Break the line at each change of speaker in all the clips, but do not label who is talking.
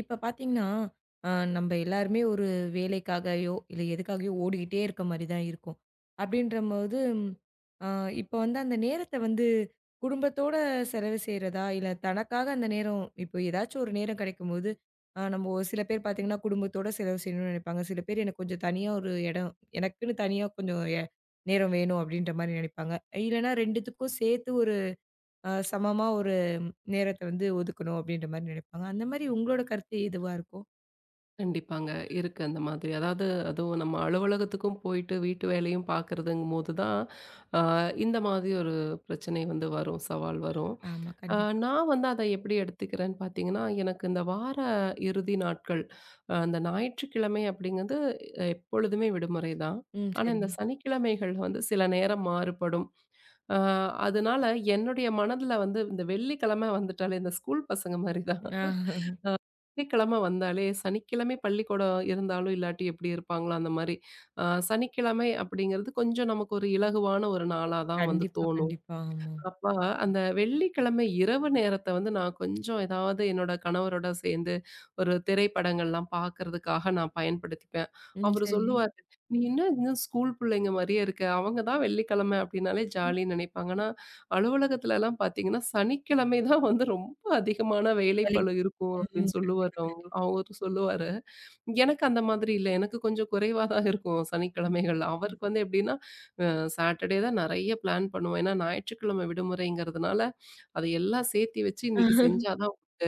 இப்ப பார்த்தீங்கன்னா, அ நம்ப எல்லாருமே ஒரு வேலைக்காகயோ, இல்ல எதுக்காகயோ ஓடிக்கிட்டே இருக்க மாரி தான் இருக்கும். அப்படின்றபோது, அ இப்ப வந்து அந்த நேரத்த வந்து குடும்பத்தோட செலவு செய்றதா, இல்ல தனக்காக அந்த நேரம் இப்போ ஏதாச்சும் ஒரு நேரம் கிடைக்கும்போது, நம்ம ஒரு சில பேர் பார்த்தீங்கன்னா, குடும்பத்தோட செலவு செய்யணும்னு நினைப்பாங்க. சில பேர் எனக்கு கொஞ்சம் தனியா ஒரு இடம் எனக்குன்னு தனியா கொஞ்சம் நேரம் வேணும் அப்படின்ற மாரி நினைப்பாங்க. இல்லன்னா 2த்துக்கும் சேர்த்து ஒரு சமமா ஒரு நேரத்த வந்து ஒதுக்கணும் அப்படின்ற மாரி நினைப்பாங்க. அந்த மாரி உங்களோட கருத்து எதுவா இருக்கும்?
கண்டிப்பாங்க. இருக்கு அந்த மாதிரி. அதாவது அதுவும் நம்ம அலுவலகத்துக்கும் போயிட்டு வீட்டு வேலையும் பார்க்குறதுங்கும்போது தான், அ இந்த மாதிரி ஒரு பிரச்சனை வந்து வரும், சவால் வரும்.
ஆமா,
அ
கண்டிப்பா.
நான் வந்து அத எப்படி எடுத்துக்கிறேன்னு பார்த்தீங்கன்னா, எனக்கு இந்த வார இறுதி நாட்கள், அந்த ஞாயிற்றுக்கிழமை அப்படிங்கிறது எப்பொழுதுமே விடுமுறை தான்.
ம்.
ஆனா, இந்த
சரிங்க.
சனிக்கிழமைகள் வந்து சில நேரம் மாறுபடும். அ அதனால என்னுடைய மனதில வந்து இந்த வெள்ளிக்கிழமை வந்துட்டாலே இந்த ஸ்கூல் பசங்க மாரி
ஆ.
வெள்ளிக்கிழமை வந்தாலே, சனிக்கிழமை பள்ளிக்கூடம் இருந்தாலும், இல்லாட்டி எப்படி இருப்பாங்களோ அந்த மாரி. அ சனிக்கிழமை அப்படிங்கிறது கொஞ்சம் நமக்கு ஒரு இலகுவான ஒரு நாளா தான் வந்து
கண்டிப்பா,
தோணும்.
கண்டிப்பா. ஆமா.
அப்ப அந்த வெள்ளிக்கிழமை இரவு நேரத்த வந்து நான் கொஞ்சம் ஏதாவது என்னோட கணவரோட சேர்ந்து ஒரு திரைப்படங்கள்லாம் பார்க்கறதுக்காக நான் பயன்படுத்திப்பேன்.
ம்.
அவரு
சரிங்க.
சொல்லுவாரு, "நீ என்ன இன்னும் ஸ்கூல் பிள்ளைங்க மாரியே இருக்க. அவங்க தான் வெள்ளிக்கிழமை அப்படின்னாலே ஜாலின்னு நினைப்பாங்க. ஆனா அலுவலகத்துலலாம் பார்த்தீங்கன்னா, சனிக்கிழமை தான் வந்து ரொம்ப அதிகமான
வேலை.
வேலைப்பளு இருக்கும்."
ம்.
அப்படின்னு சொல்லுவாரு அவரு சொல்லுவாரு. எனக்கு அந்த மாதிரி இல்ல. எனக்கு கொஞ்சம் குறைவா தான் இருக்கும் சனிக்கிழமைகள். அவருக்கு வந்து எப்படின்னா சாட்டர்டே தான் நிறைய பிளான் பண்ணுவோம். ஏன்னா ஞாயிற்றுக்கிழமை விடுமுறைங்கிறதுனால, அது எல்லாம் சேர்த்தி வச்சு இன்னைக்கு செஞ்சா தான் உண்டு.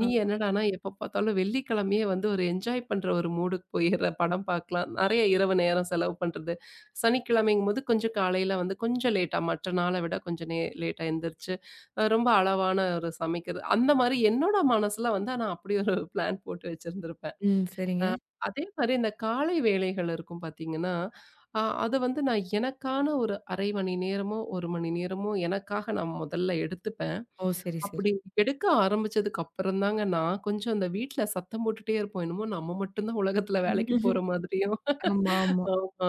ஆ.
நீ என்னடான்னா எப்ப பார்த்தாலும் வெள்ளிக்கிழமையே வந்து ஒரு என்ஜாய் பண்ற ஒரு மூடுக்கு போயிடுற. படம் பார்க்கலாம். நிறைய இரவு நேரம் செலவு பண்றது. சனிக்கிழமைங்கும்போது கொஞ்சம் காலையில வந்து கொஞ்சம் லேட்டா மற்ற நாள விட கொஞ்சம் லேட்டா எந்திரிச்சு, ரொம்ப அளவான ஒரு சமைக்கிறது. அந்த மாரி என்னோட மனசுல வந்து நான் அப்படி ஒரு பிளான் போட்டு வச்சிருந்திருப்பேன்.
ம். சரிங்க.
அதே மாரி இந்த காலை வேளைகள் இருக்கும் பார்த்தீங்கன்னா, அத வந்து நான் எனக்கான ஒரு 1/2 மணி நேரமோ, 1 மணி நேரமோ எனக்காக நான் முதல்ல எடுத்துப்பேன்.
ஓ! சரி, சரி.
அப்படி எடுக்க ஆரம்பிச்சதுக்கு அப்புறம் தாங்க நான் கொஞ்சம் அந்த வீட்ல சத்தம் போட்டுட்டே இருப்போம். என்னமோ நம்ம மட்டும் தான் உலகத்துல வேலைக்கு போற மாதிரியும்.
ஆமா, ஆமா.
ஆமா.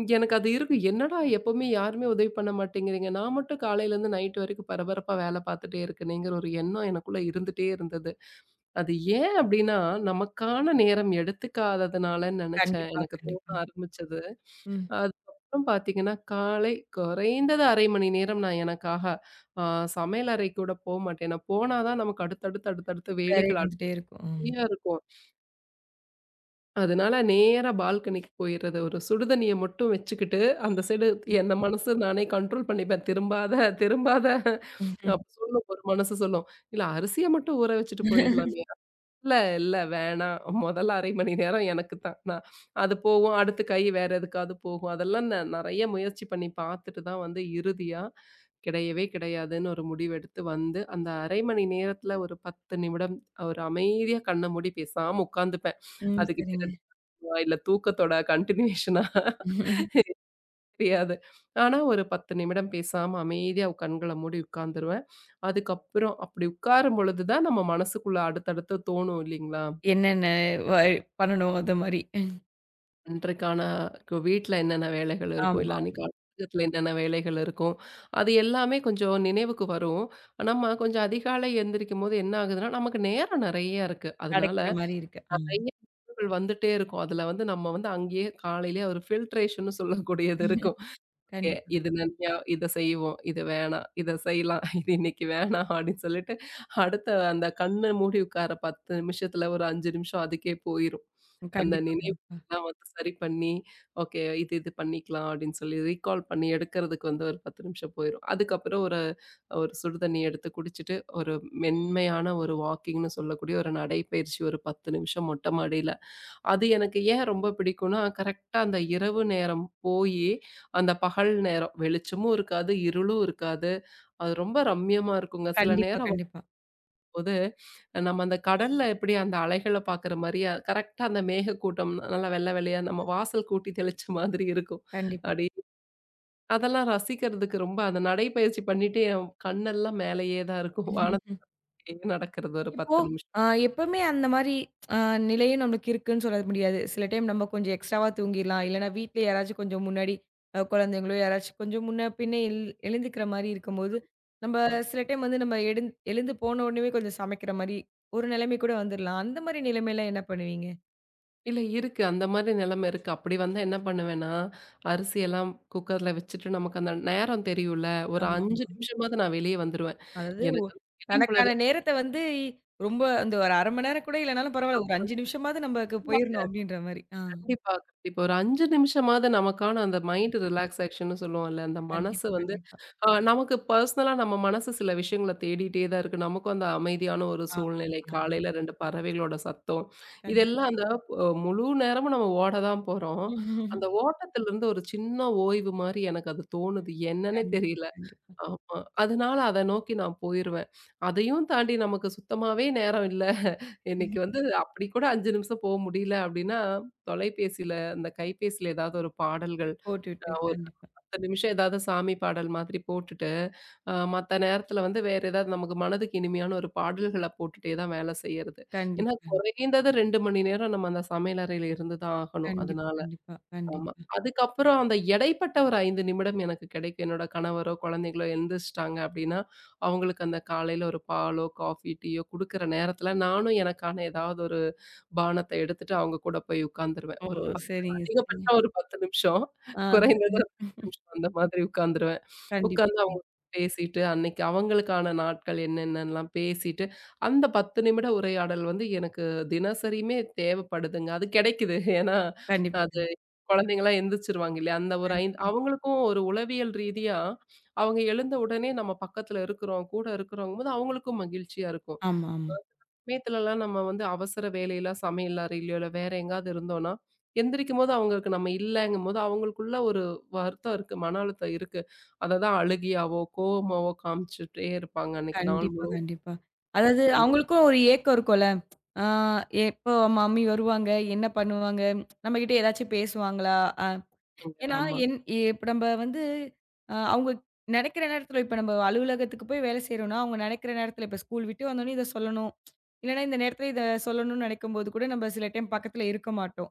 இங்க எனக்கு அது இருக்கும். என்னடா எப்பவுமே யாருமே உதவி பண்ண மாட்டேங்கிறீங்க. நான் மட்டும் காலையிலேருந்து நைட் வரைக்கும் பரபரப்பா வேலை பார்த்துட்டே இருக்கேனேங்கிற ஒரு எண்ணம் எனக்குள்ள இருந்துட்டே இருந்தது. அது ஏன் அப்டின்னா, நமக்கான நேரம் எடுத்துக்காததுனாலன்னு நெனச்சேன்.
கண்டிப்பா,
எனக்கு தோண
கண்டிப்பா.
ஆரம்பிச்சது.
ம்.
அதுக்கப்புறம் பாத்தீங்கன்னா, காலை குறைந்தது 1/2 மணி நேரம் நான் எனக்காக அ சமையல் அறைக்கு கூட போமாட்டேன். ஏன்னா, போனா தான் நமக்கு அடுத்தடுத்து
வேலை
வேலைகள்
வந்துட்டே இருக்கும். ஆமா.
அடர்த்தியா இருக்கும். அதனால நேரா பால்கனிக்கு போயிறது. ஒரு சுடுதண்ணிய மட்டும் வச்சுக்கிட்டு, அந்த சைடு என்ன மனசு நானே கண்ட்ரோல் பண்ணிப்பேன். "திரும்பாத" அப்ப சொல்லும் ஒரு மனசு சொல்லும். "இல்ல அரிசிய மட்டும் ஊற வச்சுட்டு போயிடலாமே!" இல்ல, இல்ல வேணாம். முதல் 1/2 மணி நேரம் எனக்கு தான். நான் அது போகும். அடுத்து கை வேற எதுக்காவது போகும். அதெல்லாம் நான் நெறைய முயற்சி பண்ணி பார்த்துட்டு தான் வந்து இறுதியா கிடையவே கிடையாதுன்னு ஒரு முடிவெடுத்து வந்து, அந்த 1/2 மணி நேரத்துல ஒரு 10 நிமிடம் ஒரு அமைதியா கண்ண மூடி பேசாம உட்காந்துப்பேன்.
ம்.
அதுக்கு
சரிங்க.
பேரு தூக்கமா இல்ல தூக்கத்தோட கன்டினியூஷனா தெரியாது. ஆனா ஒரு 10 நிமிடம் பேசாம அமைதியா கண்கள மூடி உட்கார்ந்துருவேன். அதுக்கப்புறம் அப்படி உட்காரும் பொழுது தான் நம்ம மனசுக்குள்ள அடுத்தடுத்து தோணும் இல்லைங்களா?
என்னென்ன வ பண்ணணும் அத மாரி.
அன்றைக்கான வீட்ல என்னென்ன வேலைகள் இருக்கும், இல்ல
ஆமா.
அன்னைக்கு அலுவலகத்துல என்னென்ன வேலைகள் இருக்கும், அது எல்லாமே கொஞ்சம் நினைவுக்கு வரும். நம்ம கொஞ்சம் அதிகாலை எந்திரிக்கும்போது என்ன ஆகுதுன்னா, நமக்கு நேரம் நெறைய இருக்கு. அதனால
கிடைக்கிற மாரி இருக்கு. ம்.
நெறைய வந்துட்டே இருக்கும். அதுல வந்து நம்ம வந்து அங்கேயே காலையிலயே ஒரு ஃபில்ட்ரேஷன்னு சொல்லக்கூடியது இருக்கும். ஓகே.
கண்டிப்பா.
இது நன்மையா இத செய்வோம். இது வேணாம். இத செய்யலாம். இது இன்னைக்கு வேணாம் அப்படின்னு சொல்லிட்டு, அடுத்த அந்த கண்ண மூடி உட்கார 10 நிமிஷத்துல ஒரு 5 நிமிஷம் அதுக்கே போயிரும். அந்த
கண்டிப்பா, கண்டிப்பா.
நினைவுலாம் வந்து சரி பண்ணி, ஓகே இது இது பண்ணிக்கலாம் அப்படின்னு சொல்லி ரீகால் பண்ணி எடுக்கிறதுக்கு வந்து ஒரு 10 நிமிஷம் போயிரும். அதுக்கப்புறம் ஒரு ஒரு சுடு தண்ணி எடுத்து குடிச்சிட்டு, ஒரு மென்மையான ஒரு வாக்கிங்ன்னு சொல்லக்கூடிய ஒரு நடைப்பயிற்சி ஒரு 10 நிமிஷம் மொட்ட மாடியில அது எனக்கு ஏன் ரொம்ப பிடிக்கும்னா, கரெக்ட்டா அந்த இரவு நேரம் போயி, அந்த பகல் நேரம் வெளிச்சமும் இருக்காது, இருளும் இருக்காது. அது ரொம்ப ரம்மியமா இருக்குங்க. சில
கண்டிப்பா,
நேரம்
கண்டிப்பா.
வரும்போது, நம்ம அந்த கடல்ல எப்படி அந்த அலைகள பார்க்குற மாரி, கரெக்ட்டா அந்த மேகக்கூட்டம் நல்லா வெள்ள வெள்ளயா நம்ம வாசல் கூட்டி தெளிச்ச மாதிரி இருக்கும். அப்டி அதெல்லாம் ரசிக்கிறதுக்கு ரொம்ப அந்த நடைப்பயிற்சி பண்ணிட்டு என் கண்ணெல்லாம் மேலேயே தான் இருக்கும்.
கண்டிப்பா.
வானத்திலேயே நடக்கிறது ஒரு
இப்போ
10 நிமிஷமா.
அ எப்பவுமே அந்த மாரி அ நிலையும் நம்மளுக்கு இருக்குன்னு சொல்ல முடியாது. சில டைம் நம்ம கொஞ்சம் எக்ஸ்ட்ராவா தூங்கிர்லாம். இல்லன்னா வீட்ல யாராச்சும் கொஞ்சம் முன்னாடி குழந்தைங்களோ யாராச்சும் கொஞ்சம் முன்ன பின்ன எழுந்துக்கிற மாரி இருக்கும்போது, நம்ம சில டைம் வந்து எழுந்து போன உடனேவே கொஞ்சம் சமைக்கிற மாரி ஒரு நிலைமை கூட வந்துர்லாம். அந்த மாரி நிலைமையில என்ன பண்ணுவீங்க?
இல்ல இருக்கு. அந்த மாரி நிலைமை இருக்கு. அப்படி வந்தா என்ன பண்ணுவேன்னா, அரிசியெல்லாம் குக்கர்ல வச்சுட்டு நமக்கு அந்த நேரம் தெரியும்ல, ஒரு
ஆமாமா.
5 நிமிஷமாவது நான் வெளிய வந்துருவேன்.
அதாவது
எனக்கு அந்த வெளி
தனக்கான நேரத்த வந்து ரொம்ப அந்த ஒரு 1/2 மணி நேரம் கூட இல்லனாலும் பரவால்ல. ஒரு
உலகம்
5 நிமிஷமாவது நமக்கு போயிரணும் அப்டின்ற மாரி. ஆ.
கண்டிப்பா, கண்டிப்பா. ஒரு 5 நிமிஷமாவது நமக்கான அந்த மைண்ட் ரிலாக்ஸேஷன்னு சொல்லுவோம்ல. அந்த மனசு
கண்டிப்பா,
வந்து
கண்டிப்பா.
நமக்கு பர்சனலா நம்ம மனசு சில விஷயங்கள தேடிட்டே தான் இருக்கு. நமக்கும் அந்த அமைதியான ஒரு
ஆமா,
சூழ்நிலை,
ஆமா.
காலையில 2 பறவைகளோட சத்தம்,
கண்டிப்பா.
இதெல்லாம் அந்த முழு நேரமும் நம்ம ஓட தான் போறோம். அந்த ஓட்டத்திலிருந்து ஒரு சின்ன ஓய்வு மாரி எனக்கு அது தோணுது. என்னன்னே
கண்டிப்பா,
தெரியல.
கண்டிப்பா.
ஆமா. அதனால அத நோக்கி நான் போயிருவேன். அதையும் தாண்டி நமக்கு சுத்தமாவே நேரம் இல்ல. இன்னைக்கு வந்து அப்படி கூட 5 நிமிஷம் போ முடியல அப்படின்னா, தொலைபேசியில அந்த கைபேசியில ஏதாவது ஒரு பாடல்கள்,
போட்டுவிட்டு
ஒரு
கண்டிப்பா.
10 நிமிஷம் ஏதாவது சாமி பாடல் மாதிரி போட்டுட்டு, மத்த நேரத்துல வந்து வேற ஏதாவது நமக்கு மனதுக்கு இனிமையான ஒரு பாடல்கள போட்டுட்டே தான் வேலை செய்யறது. ஏன்னா
கண்டிப்பா, கண்
குறைந்தது 2 மணி நேரம் நம்ம அந்த சமையலறையில இருந்து தான் ஆகணும்.
கண்டிப்பா,
அதனால
கண்டிப்பா,
ஆமா.
கண்டிப்பா.
அதுக்கப்புறம் அந்த இடைப்பட்ட ஒரு 5 நிமிடம் எனக்கு கிடைக்கும். என்னோட கணவரோ, குழந்தைகளோ எந்திரிச்சுட்டாங்க அப்படின்னா, அவங்களுக்கு அந்த காலையில ஒரு பாலோ, காஃபி, டீயோ குடுக்குற நேரத்துல நானும் எனக்கான ஏதாவது ஒரு பானத்த எடுத்துட்டு அவங்க கூட போய் உட்காந்துருவேன்.
ஓ!
ஒரு 10
சரிங்க, சரிங்க.
அதிகபட்சம் ஒரு 10 நிமிஷம்.
ஆ
குறைந்தது ஒரு 5 நிமிஷம் அந்த மாதிரி உட்காந்துருவேன்.
கண்டிப்பா,
உட்கார்ந்து அவங்க பேசிட்டு, அன்னைக்கு அவங்களுக்கான நாட்கள் என்னென்னலாம் பேசிட்டு, அந்த 10 நிமிட உரையாடல் வந்து எனக்கு தினசரியுமே தேவைப்படுதுங்க. அது கிடைக்குது. ஏன்னா,
கண்டிப்பா,
அது
கண்டிப்பா,
குழந்தைங்கலாம் எந்திரிச்சுருவாங்க இல்லையா? அந்த ஒரு
கண்
5 அவங்களுக்கும் ஒரு உளவியல் ரீதியா, அவங்க எழுந்த உடனே நம்ம பக்கத்துல இருக்கிறோம், கூட இருக்கிறோங்கும்போது அவங்களுக்கும் மகிழ்ச்சியா இருக்கும்.
ஆமா, ஆமா.
சில சமயத்துலலாம் நம்ம வந்து அவசர வேலையில சமையல் அறையிலயோ, இல்ல வேற எங்கேயாவது இருந்தோம்னா, எந்திரிக்கும்போது அவங்களுக்கு நம்ம இல்லங்கும்போது அவங்களுக்குள்ள ஒரு வருத்தம் இருக்கு. மன அழுத்தம் இருக்கு. அத தான் அழுகையாவோ, கோவமாவோ காமிச்சுட்டே இருப்பாங்க அன்னைக்கு நாள்
கண்டிப்பா,
முழுக்க.
கண்டிப்பா. அதாவது
குழந்தைங்க.
அவங்களுக்கும் ஒரு ஏக்கம் இருக்கும்ல. ஆ. எப்போ மம்மி வருவாங்க? என்ன பண்ணுவாங்க? நம்மகிட்ட ஏதாச்சும் பேசுவாங்களா? அ ஏன்னா,
ஆமா.
என் இப்ப நம்ப வந்து அவங்க நெனைக்கிற நேரத்துல இப்ப நம்ம அலுவலகத்துக்கு போய் வேலை செய்றோம்னா, அவங்க நெனைக்கிற நேரத்துல இப்ப ஸ்கூல் விட்டு வந்தோனே இத சொல்லணும். இல்லன்னா இந்த நேரத்துல இத சொல்லணும்னு நெனைக்கும்போது கூட நம்ம சில டைம் பக்கத்துல இருக்க மாட்டோம்.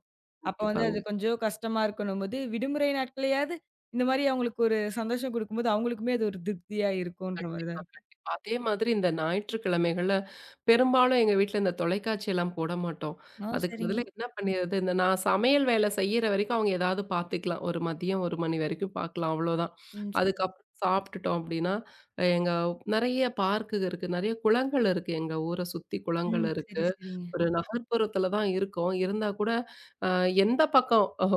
அப்ப வந்து அது
கண்டிப்பாங்க.
கொஞ்சம் கஷ்டமா இருக்கணும்போது, விடுமுறை நாட்கள்லயாவது இந்த மாரி அவங்களுக்கு ஒரு சந்தோஷம் குடுக்கும்போது, அவங்களுக்குமே அது ஒரு திருப்தியா இருக்குன்ற மாரி தான்
கண்டிப்பா,
இருக்கும்.
கண்டிப்பா. அதே மாதிரி இந்த ஞாயிற்றுக்கிழமைகள்ல பெரும்பாலும் எங்க வீட்ல இந்த தொலைக்காட்சியெல்லாம் போட மாட்டோம்.
ஆ,
அதுக்கு
சரிங்க.
பதிலா என்ன பண்ணிறது, இந்த நான் சமையல் வேலை செய்யிற வரைக்கும் அவங்க ஏதாவது பார்த்துக்கலாம். ஒரு மதியம் 1 மணி வரைக்கும் பார்க்கலாம் அவ்வளோதான்.
ம். சரி.
அதுக்கப்புறம் சாப்பிட்டுட்டோம் அப்டின்னா, எங்க நிறைய பார்க்கு இருக்கு, நிறைய குளங்கள் இருக்கு. எங்க ஊர சுத்தி குளங்கள்
ம். சரி,
இருக்கு.
சரிங்க.
ஒரு நகர்ப்புறத்துல தான் இருக்கோம். இருந்தா கூட, அ எந்த பக்கம்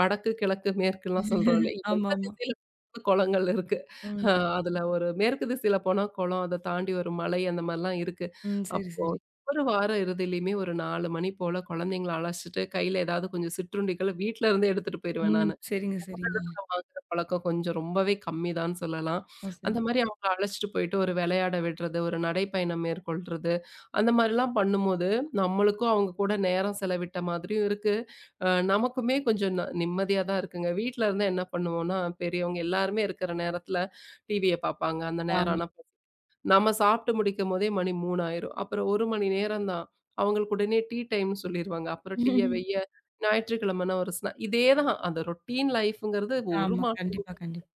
வடக்கு, கிழக்கு, மேற்குலாம் சொல்றோம் இல்ல. எந்த
ஆமாமா.
திசையில பார்த்தாலும் குளங்கள் இருக்கு.
ம்.
அ அதுல ஒரு மேற்கு திசையில போனா குளம், அத தாண்டி ஒரு மலை அந்த மாரிலாம் இருக்கு.
ம். சரி,
அப்போ
சரி.
ஒரு வார இறுதியிலயுமே ஒரு 4 மணி போல குழந்தைங்கள அழைச்சுட்டு, கையில ஏதாவது கொஞ்சம் சிற்றுண்டிகள வீட்ல இருந்தே எடுத்துட்டு போயிருவேன்
ம்.
நானு.
சரிங்க, சரிங்க.
ஊர்ல வாங்குற பழக்கம் கொஞ்சம் ரொம்பவே கம்மிதான்னு சொல்லலாம்.
ஓ! சரி.
அந்த மாரி அவங்கள அழைச்சிட்டு போயிட்டு ஒரு விளையாட விடுறது, ஒரு நடைப்பயணம் மேற்கொள்றது, அந்த மாரிலாம் பண்ணும்போது, நம்மளுக்கும் அவங்க கூட நேரம் செலவிட்ட மாதிரியும் இருக்கு. நமக்குமே கொஞ்சம் நிம்மதியா தான் இருக்குங்க. வீட்ல இருந்தா என்ன பண்ணுவோம்னா, பெரியவங்க எல்லாருமே இருக்கிற நேரத்துல டிவிய பார்ப்பாங்க. அந்த நேரம்
ஆமா.
ஆனா நம்ம சாப்பிட்டு முடிக்கும்போதே மணி 3 ஆயிரும். அப்புறம் 1 மணி நேரம் தான். அவங்களுக்கு உடனே டீ டைம்ன்னு சொல்லிருவாங்க. அப்புறம் டீய வைய்ய, ஞாயிற்றுக்கிழமைனா ஒரு இதே தான் அந்த ரொட்டீன் லைஃப்ங்கிறது ஒரு
ஆமா.
மா
கண்டிப்பா, கண்டிப்பா.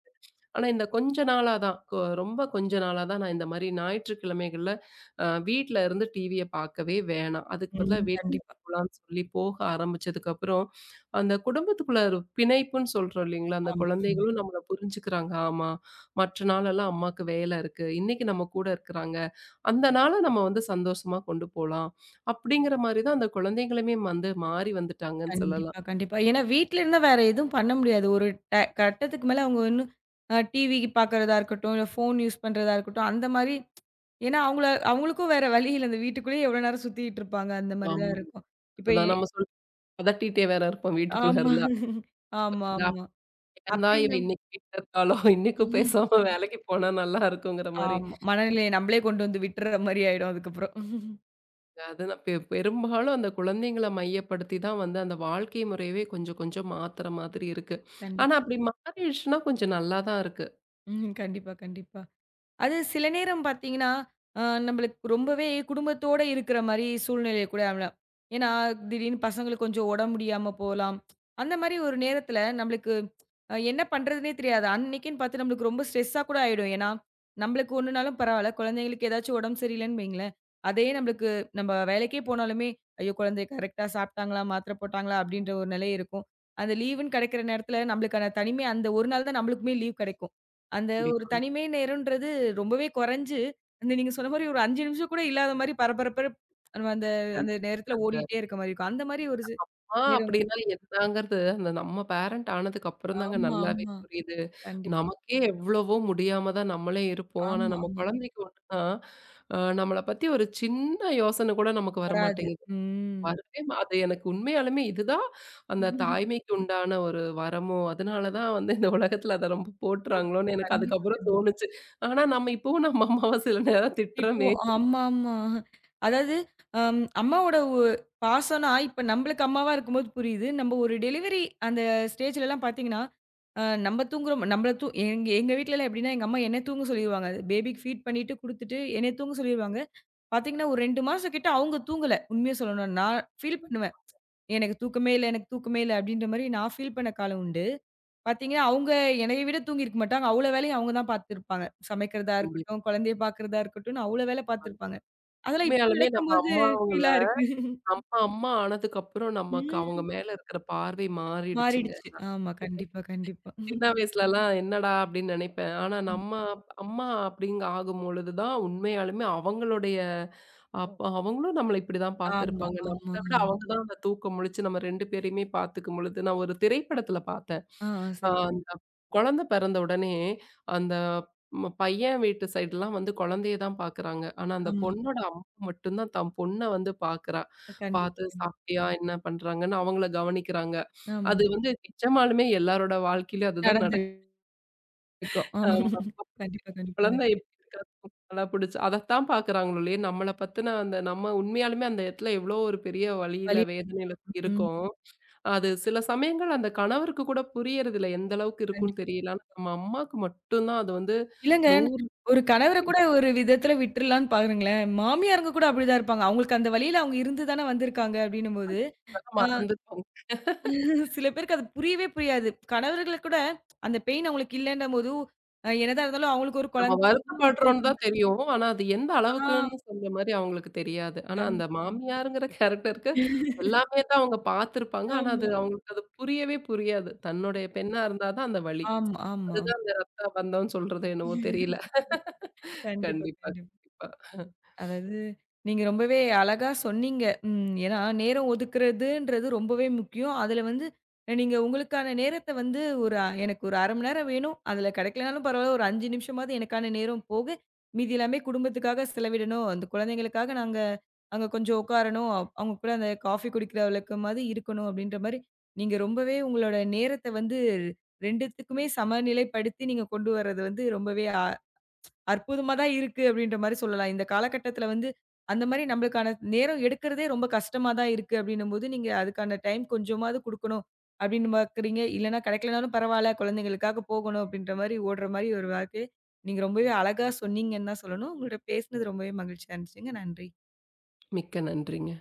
ஆனா, இந்த கொஞ்ச நாளா தான். ரொம்ப கொஞ்ச நாளா தான் நான் இந்த மாரி ஞாயிற்றுக்கிழமைகள்ல வீட்ல இருந்து டிவிய பார்க்கவே வேணாம். அதுக்கு பதிலா
ம்.
வெளியில
கண்டிப்பா.
போலான்னு சொல்லி போக ஆரம்பிச்சதுக்கப்புறம், அந்த குடும்பத்துக்குள்ள ஒரு பிணைப்புன்னு சொல்றோம் இல்லைங்களா? அந்த
ஆமா, ஆமா.
குழந்தைகளும் நம்மள புரிஞ்சுக்கிறாங்க. ஆமா, மற்ற நாளெல்லாம் அம்மாக்கு வேலை இருக்கு. இன்னைக்கு நம்ம கூட இருக்கிறாங்க. அந்த நாள நம்ம வந்து சந்தோஷமா கொண்டு போலாம். அப்படிங்கிற மாரி தான் அந்த குழந்தைங்களுமே வந்து மாறி வந்துட்டாங்கன்னு சொல்லலாம்.
கண்டிப்பா, கண்டிப்பா. ஏன்னா வீட்ல இருந்தா வேற எதுவும் பண்ண முடியாது. ஒரு கட்டத்துக்கு மேல அவங்க இன்னும் டிவி பார்க்கறதா இருக்கட்டும், இல்ல ஃபோன் யூஸ் பண்றதா இருக்கட்டும், அந்த மாரி. ஏன்னா அவங்கள அவங்களுக்கும் வேற வழி இல்ல. அந்த வீட்டுக்குள்ளேயே எவ்வளோ நேரம் சுத்திட்டு இருப்பாங்க. அந்த மாரி தான்
ஆமாங்க.
இருக்கும். இப்ப
அதுதான் நம்ம சொல்லி பதட்டிட்டே வேற இருப்போம் வீட்டுக்குள்ள
ஆமா.
இருந்தா.
ஆமா, ஆமா.
ஏன் தான் இவ
அப்படின்னு
இன்னைக்கு வீட்ல இருக்காளோ! இன்னைக்கும் பேசாம வேலைக்கு போனா நல்லா இருக்குங்கிற மாரி.
ஆமா. மனநிலையை நம்மளே கொண்டு வந்து விட்டுற மாரி ஆயிடும் அதுக்கப்புறம்.
அது நான் பெரும்பாலும் அந்த குழந்தைங்கள மையப்படுத்தி தான் வந்து அந்த வாழ்க்கை முறையவே கொஞ்சம் கொஞ்சம் மாத்துற மாதிரி இருக்கு.
கண்டிப்பா.
ஆனா அப்படி மாறிடுச்சுன்னா கொஞ்சம் நல்லா தான் இருக்கு.
ம். கண்டிப்பா, கண்டிப்பா. அது சில நேரம் பார்த்தீங்கன்னா, அ நம்மளுக்கு ரொம்பவே குடும்பத்தோட இருக்கிற மாரி சூழ்நிலை கூட அமையலாம். ஏன்னா, திடீர்னு பசங்களுக்கு கொஞ்சம் உடம்பு முடியாம போலாம். அந்த மாரி ஒரு நேரத்தில நம்மளுக்கு என்ன பண்றதுன்னே தெரியாது. அன்னைக்குன்னு பார்த்து நம்மளுக்கு ரொம்ப ஸ்ட்ரெஸ்ஸா கூட ஆயிடும். ஏன்னா, நம்மளுக்கு ஒண்ணுனாலும் பரவால்ல. குழந்தைங்களுக்கு ஏதாச்சும் உடம்பு சரியில்லன்னு வைங்களேன், அதே நம்மளுக்கு நம்ம வேலைக்கே போனாலுமே, "ஐயோ! குழந்தை கரெக்ட்டா சாப்பிட்டாங்களா? மாத்திரை போட்டாங்களா?" அப்படின்ற ஒரு நிலை இருக்கும். அந்த லீவுன்னு கிடைக்கிற நேரத்தில நம்மளுக்கான தனிமை அந்த ஒரு நாள் தான் நம்மளுக்குமே லீவ் கிடைக்கும். அந்த ஒரு
கண்டிப்பா.
தனிமை நேரம்ன்றது ரொம்பவே குறைஞ்சு, அந்த நீங்க சொன்ன மாரி ஒரு 5 நிமிஷம் கூட இல்லாத மாரி பரபரப்பு நம்ம அந்த அந்த நேரத்துல
கண்டிப்பா. அந்த
ஓடிட்டே இருக்க மாரி இருக்கும். அந்த மாரி ஒரு
ஆ
நேரம்.
அப்படின்னா என்னங்கிறது அந்த நம்ம பேரண்ட் ஆனதுக்கு அப்புறம் தாங்க
ஆமா,
நல்லாவே
ஆமா.
புரியுது.
கண்டிப்பா.
நமக்கே எவ்வளவோ முடியாம தான் நம்மளே இருப்போம். ஆனா
ஆமா,
நம்ம
ஆமா.
குழந்தைக்கு ஒண்ணுன்னா, நம்மள பத்தி ஒரு சின்ன யோசனை கூட நமக்கு
வராது.
வரமாட்டேங்குது.
ம்.
வரவே அது எனக்கு உண்மையாலுமே இதுதான் அந்த தாய்மைக்கு உண்டான ஒரு வரமோ! அதனால தான் வந்து இந்த உலகத்தில அத ரொம்ப போட்டுறாங்களோன்னு எனக்கு
கண்டிப்பா,
அதுக்கப்புறம்
கண்டிப்பா.
தோணுச்சு. ஆனா நம்ம இப்பவும் நம்ம அம்மாவ சில நேரம் திட்டுறோமே!
திட்டுவோம். ஆமாமா. அதாவது அம்மாவோட பாசம்னா, இப்ப நம்மளுக்கு அம்மாவா இருக்கும்போது புரியுது. நம்ம ஒரு டெலிவரி அந்த ஸ்டேஜ்லலாம் பார்த்தீங்கன்னா, நம்ம தூங்குறோம். நம்மள எங்க எங்க வீட்லலாம் எப்படின்னா, எங்க அம்மா என்ன தூங்க சொல்லிருவாங்க. பேபிக்கு ஃபீட் பண்ணிட்டு குடுத்துட்டு, என்னைய தூங்க சொல்லிருவாங்க. பாத்தீங்கன்னா, ஒரு 2 மாசம் கிட்ட அவங்க தூங்கல. உண்மைய சொல்லணும்னா, நான் ஃபீல் பண்ணுவேன். "எனக்கு தூக்கமே இல்ல, எனக்கு தூக்கமே இல்ல." அப்படின்ற மாரி நான் ஃபீல் பண்ண காலம் உண்டு. பாத்தீங்கன்னா, அவங்க என்னைய விட தூங்கியிருக்க மாட்டாங்க. அவ்வளோ வேலையும் அவங்க தான் பாத்துருப்பாங்க. சமைக்கிறதா
கண்டிப்பாங்க.
இருக்கட்டும், குழந்தைய பாக்குறதா இருக்கட்டும்னு அவ்வளோ வேலை பாத்துருப்பாங்க. அதெல்லாம் இப்ப
உண்மையாலுமே நம்ம
நினைக்கும்போது
அம்மா அவங்கள
ஃபீலா இருக்கு.
நம்ம அம்மா ஆனதுக்கப்புறம் நமக்கு அவங்க
ம்.
மேல இருக்கிற பார்வை மாறிடுச்சுங்க.
மாறிடுச்சு.
நான்
ஆமா. கண்டிப்பா, கண்டிப்பா.
சின்ன வயசுலலாம் என்னடா! அப்படின்னு நினைப்பேன். ஆனா
ஆமா,
நம்ம அப்- அம்மா அப்படிங்க ஆகும்பொழுது தான் உண்மையாலுமே அவங்களுடைய அப்ப அவங்களும் நம்மள இப்படிதான்
ஆமா,
பார்த்திருப்பாங்க.
ஆமா.
நம்மள விட அவங்க தான் அந்த தூக்கம் முழிச்சு நம்ம 2 பேரையுமே பார்த்துக்கும் பொழுது, நான் ஒரு திரைப்படத்துல பார்த்தேன்.
ஆ, ஆ. சரிங்க.
அந்த குழந்தை பிறந்த உடனே, அந்த பையன் வீட்டு சைடுலாம் வந்து குழந்தைய தான் பார்க்குறாங்க. ஆனா அந்த
ஆமா.
பொண்ணோட அம்மா மட்டும் தான் தன் பொண்ண வந்து பார்க்குறா.
கண்டிப்பா,
பார்த்து
கண்டிப்பா.
சாப்பிட்டியா? என்ன பண்றாங்கன்னு அவங்கள கவனிக்கிறாங்க.
ஆமா.
அது வந்து நிஜமாலுமே எல்லாரோட வாழ்க்கையிலும் அதுதான் நடக்கும்.
நடந்திருக்கும். ஆமா.
அ
கண்டிப்பா, கண்டிப்பாங்க.
குழந்தை நல்லா புடிச்சு. அதத்தான் பாக்குறாங்களோ ஒழிய, நம்மள பத்தின அந்த நம்ம உண்மையாலுமே அந்த இடத்துல எவ்வளோ ஒரு பெரிய வலியில,
வலி.
வேதனையில
ம்.
இருக்கோம். அது சில சமயங்கள் அந்த கணவருக்கு கூட புரியறதில்ல. எந்த அளவுக்கு இருக்குன்னு
கண்டிப்பா.
தெரியல. ஆனா, நம்ம அம்மாக்கு மட்டும் தான் அது வந்து
இல்லங்க.
100
ஒரு கணவர
தெரியும்.
கூட ஒரு விதத்துல விட்டுறலான்னு பாருங்களேன். மாமியாருங்க கூட அப்படிதான் இருப்பாங்க. அவங்களுக்கு அந்த வழியில அவங்க இருந்து தானே வந்திருக்காங்க அப்படின்னும்போது,
அதெல்லாம்
ஆ.
மறந்துட்டோம்.
சில பேருக்கு அது புரியவே புரியாது. கணவர்களுக்கு கூட அந்த பெயின் அவங்களுக்கு இல்லன்னும்போது, என்னதான் இருந்தாலும் அவங்களுக்கு ஒரு
நம்ம
குழந்தை அவங்க
வருத்தப்படுறோம்ன்னு
போயிட்டாங்க.
தான் தெரியும். ஆனா, அது எந்த
ஆ.
அளவுக்குன்னு சொல்ற மாரி அவங்களுக்கு தெரியாது. ஆனா, அந்த
கண்டிப்பா.
மாமியாருங்கிற கேரக்டருக்கு எல்லாமே தான் அவங்க பார்த்துருப்பாங்க. ஆனா,
ஆமா,
அது அவங்களுக்கு அது புரியவே புரியாது. தன்னுடைய பெண்ணா இருந்தா தான் அந்த வலி.
ஆமா.
அதுதான் அந்த ரத்த பந்தம்ன்னு சொல்றது என்னவோ தெரியல.
கண்டிப்பா,
கண்டிப்பா,
கண்டிப்பா.
கண்டிப்பா.
அதாவது, நீங்க ரொம்பவே அழகா சொன்னீங்க. ம். ஏன்னா, நேரம் ஒதுக்குறதுன்றது ரொம்பவே முக்கியம். அதுல வந்து நீங்க உங்களுக்கான நேரத்த வந்து ஒரு எனக்கு ஒரு 1/2 மணி நேரம் வேணும். அதுல கிடைக்கலனாலும் பரவால்ல. ஒரு 5 நிமிஷமாவது எனக்கான நேரம் போக, மீதி எல்லாமே குடும்பத்துக்காக செலவிடணும். அந்த குழந்தைங்களுக்காக நாங்க அங்க கொஞ்சம் உட்காரணும். அவங்க கூட அந்த காஃபி குடிக்கிற அளவுக்கு மாரி இருக்கணும் அப்படின்ற மாரி, நீங்க ரொம்பவே உங்களோட நேரத்த வந்து 2த்துக்குமே சமநிலைப்படுத்தி நீங்க கொண்டு வர்றது வந்து ரொம்பவே அற்புதமா தான் இருக்கு அப்படின்ற மாரி சொல்லலாம். இந்த காலகட்டத்தில வந்து, அந்த மாரி நம்மளுக்கான நேரம் எடுக்கிறதே ரொம்ப கஷ்டமா தான் இருக்கு அப்படின்னும்போது, நீங்க அதுக்கான டைம் கொஞ்சமாவது குடுக்கணும் அப்படின்னு பாக்குறீங்க. இல்லன்னா கிடைக்கலனாலும் பரவால்ல, குழந்தைங்களுக்காக போகணும் அப்படின்ற மாரி ஓடுற மாரி ஒரு வாழ்க்கை. நீங்க ரொம்பவே அழகா சொன்னீங்கன்னு தான் சொல்லணும். உங்கள்ட்ட பேசினது ரொம்பவே மகிழ்ச்சியா இருந்துச்சுங்க. நன்றி.
மிக்க நன்றிங்க.